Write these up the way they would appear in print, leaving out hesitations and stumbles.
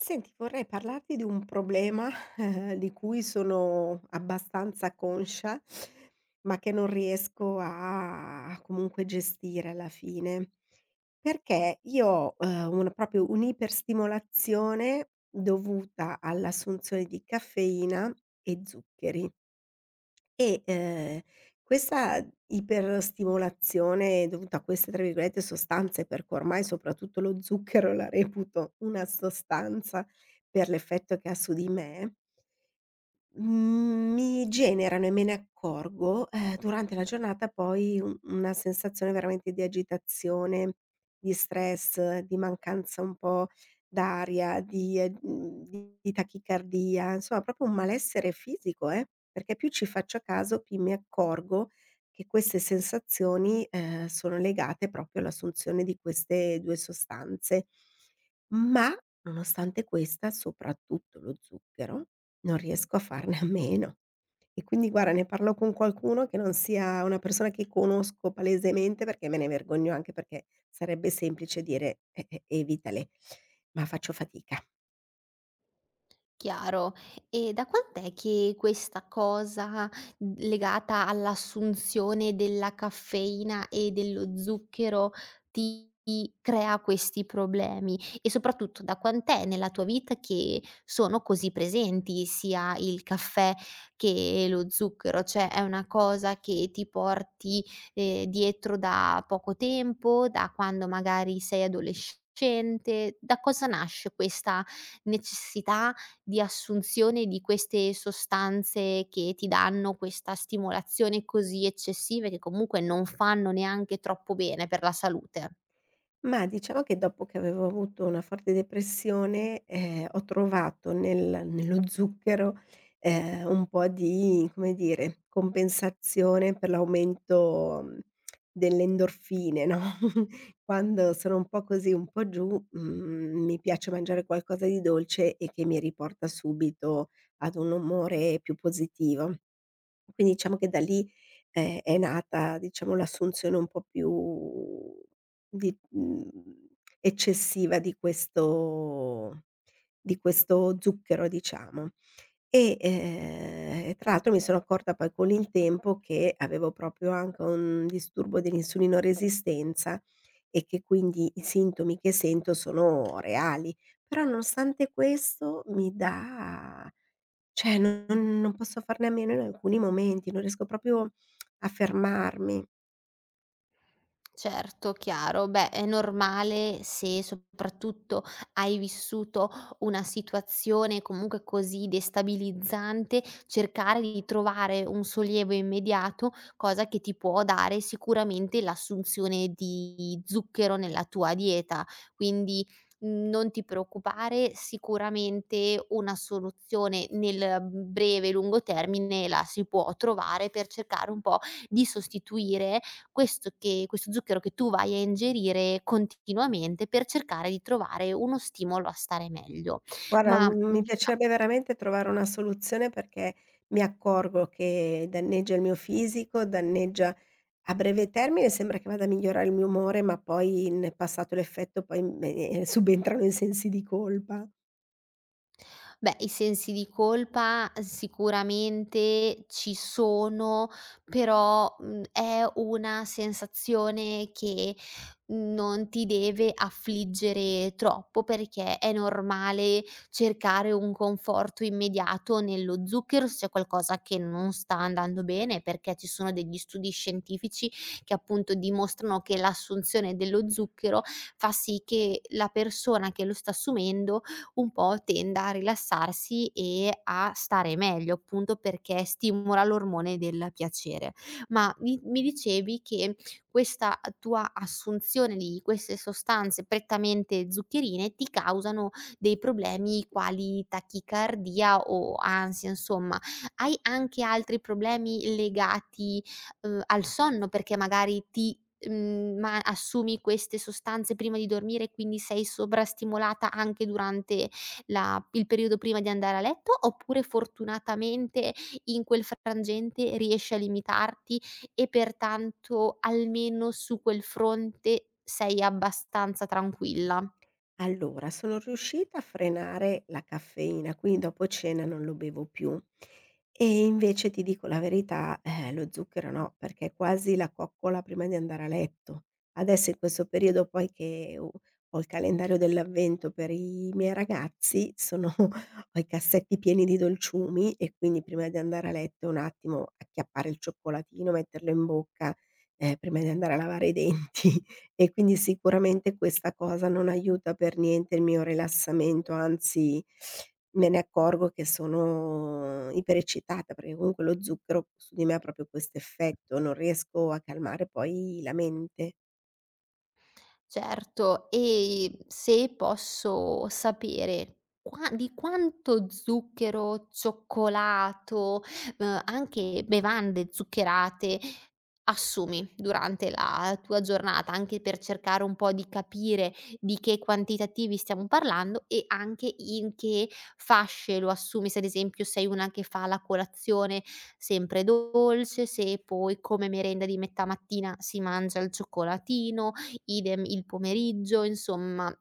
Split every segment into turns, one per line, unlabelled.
Senti, vorrei parlarti di un problema di cui sono abbastanza conscia, ma che non riesco a comunque gestire alla fine. Perché io ho, una proprio un'iperstimolazione dovuta all'assunzione di caffeina e zuccheri. E, ehm, questa iperstimolazione dovuta a queste, tra virgolette, "sostanze", perché ormai soprattutto lo zucchero la reputo una sostanza per l'effetto che ha su di me. Mhmm, mi generano e me ne accorgo, durante la giornata poi u una sensazione veramente di agitazione, di stress, di mancanza un po' d'aria, di di tachicardia, insomma proprio un malessere fisico, perché più ci faccio a caso, più mi accorgo che queste sensazioni, sono legate proprio all'assunzione di queste 2 sostanze. Ma nonostante questa, soprattutto lo zucchero, non riesco a farne a meno. E quindi guarda, ne parlo con qualcuno che non sia una persona che conosco palesemente, perché me ne vergogno, anche perché sarebbe semplice dire: Evitale", ma faccio fatica.
Chiaro. E da quant'è che questa cosa, legata all'assunzione della caffeina e dello zucchero ti crea questi problemi? E soprattutto da quant'è nella tua vita che sono così presenti sia il caffè che lo zucchero? Cioè è una cosa che ti porti, dietro da poco tempo, da quando magari sei adolescente? Da cosa nasce questa necessità di assunzione di queste sostanze che ti danno questa stimolazione così eccessiva e che comunque non fanno neanche troppo bene per la salute.
Ma diciamo che dopo che avevo avuto una forte depressione, ho trovato nello zucchero, un po' di, come dire, compensazione per l'aumento, mhmm, delle endorfine, no? Quando sono un po' così, un po' giù, mhmm, mi piace mangiare qualcosa di dolce e che mi riporta subito ad un umore più positivo. Quindi diciamo che da lì, è nata, diciamo, l'assunzione un po' più di mhmm, eccessiva di questo zucchero, diciamo. Tra l'altro mi sono accorta poi con il tempo che avevo proprio anche un disturbo dell'insulinoresistenza e che quindi i sintomi che sento sono reali. Però nonostante questo mi dà, cioè non posso farne a meno in alcuni momenti, non riesco proprio a fermarmi.
Certo, chiaro. Beh, è normale se soprattutto hai vissuto una situazione comunque così destabilizzante, cercare di trovare un sollievo immediato, cosa che ti può dare sicuramente l'assunzione di zucchero nella tua dieta. Quindi non ti preoccupare, sicuramente una soluzione nel breve e lungo termine la si può trovare per cercare un po' di sostituire questo zucchero che tu vai a ingerire continuamente per cercare di trovare uno stimolo a stare meglio.
Guarda,
Ma,
mhmm,
mhmm,
mi piacerebbe veramente trovare una soluzione, perché mi accorgo che danneggia il mio fisico, danneggia. A breve termine sembra che vada a migliorare il mio umore, ma poi, n passato l'effetto, poi me subentrano i sensi di colpa.
Beh, i sensi di colpa sicuramente ci sono, però, è una sensazione che non ti deve affliggere troppo, perché è normale cercare un conforto immediato nello zucchero, se c'è qualcosa che non sta andando bene, perché ci sono degli studi scientifici che appunto dimostrano che l'assunzione dello zucchero fa sì che la persona che lo sta assumendo un po' tenda a rilassarsi e a stare meglio, appunto perché stimola l'ormone del piacere. Ma mi dicevi che questa tua assunzione di queste sostanze prettamente zuccherine ti causano dei problemi quali tachicardia o ansia, insomma. Hai anche altri problemi legati, al sonno? Perché magari ti mhmm, ma assumi queste sostanze prima di dormire, quindi sei sovrastimolata anche durante la il periodo prima di andare a letto, oppure fortunatamente in quel frangente riesci a limitarti e pertanto almeno su quel fronte sei abbastanza tranquilla?
Allora, sono riuscita a frenare la caffeina, quindi dopo cena non lo bevo più. E invece ti dico la verità, lo zucchero no, perché è quasi la coccola prima di andare a letto. Adesso in questo periodo poi che ho ho il calendario dell'avvento per i miei ragazzi, sono ho i cassetti pieni di dolciumi e quindi prima di andare a letto un attimo acchiappare il cioccolatino, metterlo in bocca, prima di andare a lavare i denti. E quindi sicuramente questa cosa non aiuta per niente il mio rilassamento, anzi me ne accorgo che sono iperecitata, perché comunque lo zucchero su di me ha proprio questo effetto, non riesco a calmare poi la mente.
Certo, e se posso sapere qua di quanto zucchero, cioccolato, anche bevande zuccherate assumi durante la tua giornata, anche per cercare un po' di capire di che quantitativi stiamo parlando e anche in che fasce lo assumi, se ad esempio sei una che fa la colazione sempre dolce, se poi come merenda di metà mattina si mangia il cioccolatino, idem il pomeriggio, insomma.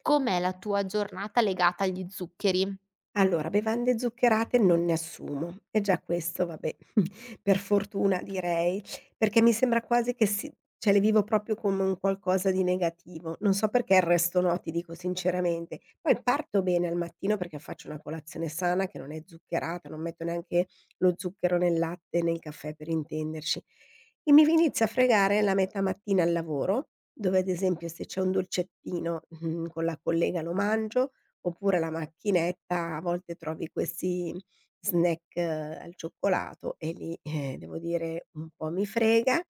Com'è la tua giornata legata agli zuccheri?
Allora, bevande zuccherate non ne assumo e già questo vabbè, per fortuna direi, perché mi sembra quasi che si, cioè le vivo proprio come un qualcosa di negativo. Non so perché il resto no, ti dico sinceramente. Poi parto bene al mattino perché faccio una colazione sana che non è zuccherata, non metto neanche lo zucchero nel latte e nel caffè, per intenderci. E mi v inizia a fregare la metà mattina al lavoro, dove ad esempio se c'è un dolcettino, mhmm, con la collega lo mangio. Oppure alla macchinetta a volte trovi questi snack, al cioccolato e lì, devo dire un po' mi frega.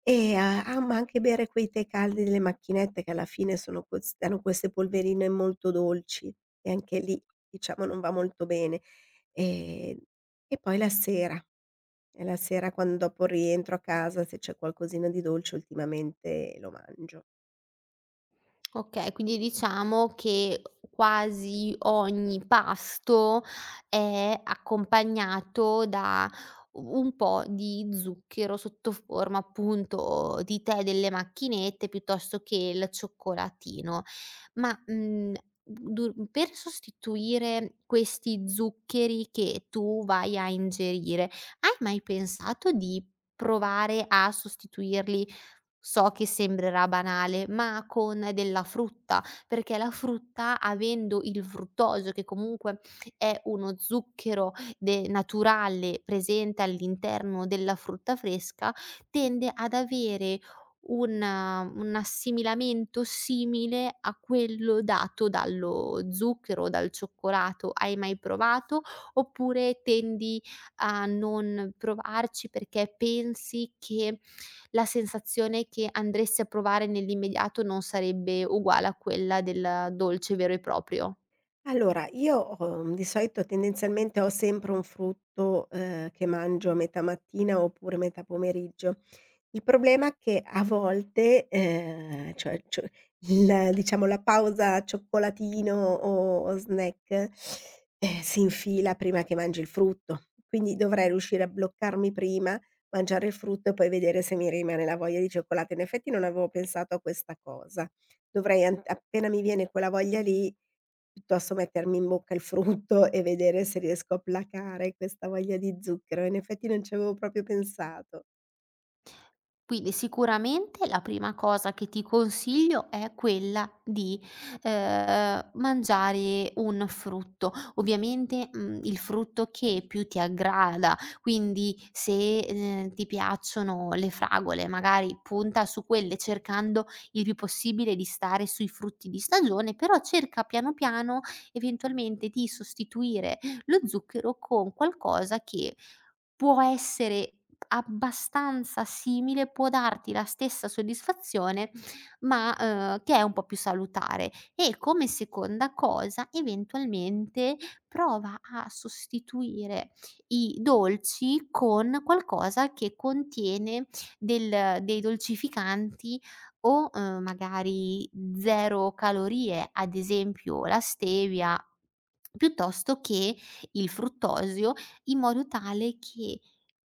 Ma anche bere quei tè caldi delle macchinette che alla fine sono quest hanno queste polverine molto dolci, e anche lì diciamo non va molto bene. Ehm, e poi la sera, e la sera quan dopo rientro a casa, se c'è qualcosina di dolce ultimamente lo mangio.
Okay, quindi diciamo che quasi ogni pasto è accompagnato da u un po' di zucchero sotto forma, appunto, di tè delle macchinette piuttosto che il cioccolatino. Ma, mhmm, du Per sostituire questi zuccheri che tu vai a ingerire, hai mai pensato di provare a sostituirli. So che sembrerà banale, ma con della frutta, perché la frutta, avendo il fruttosio, che comunque è uno zucchero de naturale presente all'interno della frutta fresca, tende ad avere un assimilamento simile a quello dato dallo zucchero, dal cioccolato. Hai mai provato? Oppure tendi a non provarci perché pensi che la sensazione che andresti a provare nell'immediato non sarebbe uguale a quella del dolce vero e proprio.
Allora, io, di solito tendenzialmente ho sempre un frutto, che mangio a metà mattina oppure metà pomeriggio. Il problema è che a volte, cioè il diciamo la pausa cioccolatino o snack, si infila prima che mangi il frutto, quindi dovrei riuscire a bloccarmi prima, mangiare il frutto e poi vedere se mi rimane la voglia di cioccolato. In effetti non avevo pensato a questa cosa. Dovrei an appena mi viene quella voglia lì, piuttosto mettermi in bocca il frutto e vedere se riesco a placare questa voglia di zucchero. In effetti non ci avevo proprio pensato.
Quindi sicuramente la prima cosa che ti consiglio è quella di, mangiare un frutto. Ovviamente, il frutto che più ti aggrada, quindi se, ti piacciono le fragole, magari punta su quelle cercando il più possibile di stare sui frutti di stagione, però cerca piano piano eventualmente di sostituire lo zucchero con qualcosa che può essere abbastanza simile, può darti la stessa soddisfazione, ma, che è un po' più salutare. E come seconda cosa, eventualmente prova a sostituire i dolci con qualcosa che contiene del dei dolcificanti o, magari 0 calorie, ad esempio la stevia piuttosto che il fruttosio, in modo tale che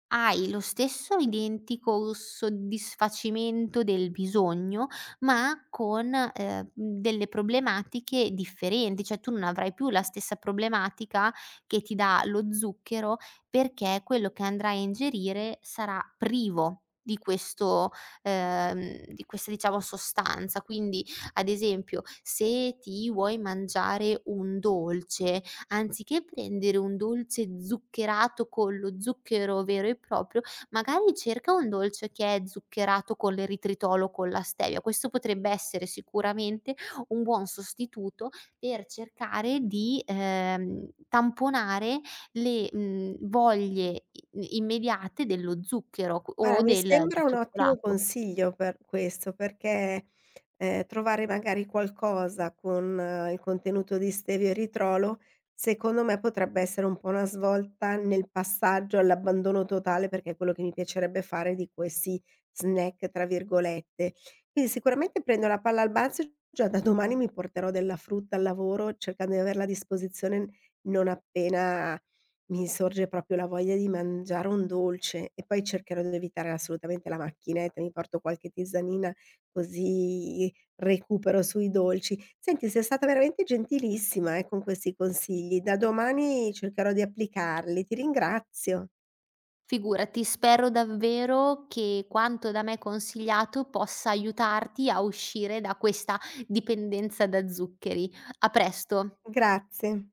hai lo stesso identico soddisfacimento del bisogno, ma con, delle problematiche differenti, cioè tu non avrai più la stessa problematica che ti dà lo zucchero, perché quello che andrai a ingerire sarà privo di questo, di questa, diciamo, sostanza. Quindi, ad esempio, se ti vuoi mangiare un dolce, anziché prendere un dolce zuccherato con lo zucchero vero e proprio, magari cerca un dolce che è zuccherato con l'eritritolo o con la stevia. Questo potrebbe essere sicuramente un buon sostituto per cercare di, tamponare le, voglie i immediate dello zucchero o
Guarda, mi
del
sembra un ottimo
cioccolato.
consiglio per questo, perché, trovare magari qualcosa con, il contenuto di stevia e eritrolo, secondo me potrebbe essere un po' una svolta nel passaggio all'abbandono totale, perché è quello che mi piacerebbe fare di questi "snack" tra virgolette. Quindi sicuramente prendo la palla al balzo e già da domani mi porterò della frutta al lavoro, cercando di averla a disposizione non appena mi sorge proprio la voglia di mangiare un dolce, e poi cercherò di evitare assolutamente la macchinetta, mi porto qualche tisanina così recupero sui dolci. Senti, sei stata veramente gentilissima, con questi consigli. Da domani cercherò di applicarli. Ti ringrazio.
Figurati, spero davvero che quanto da me consigliato possa aiutarti a uscire da questa dipendenza da zuccheri. A presto.
Grazie.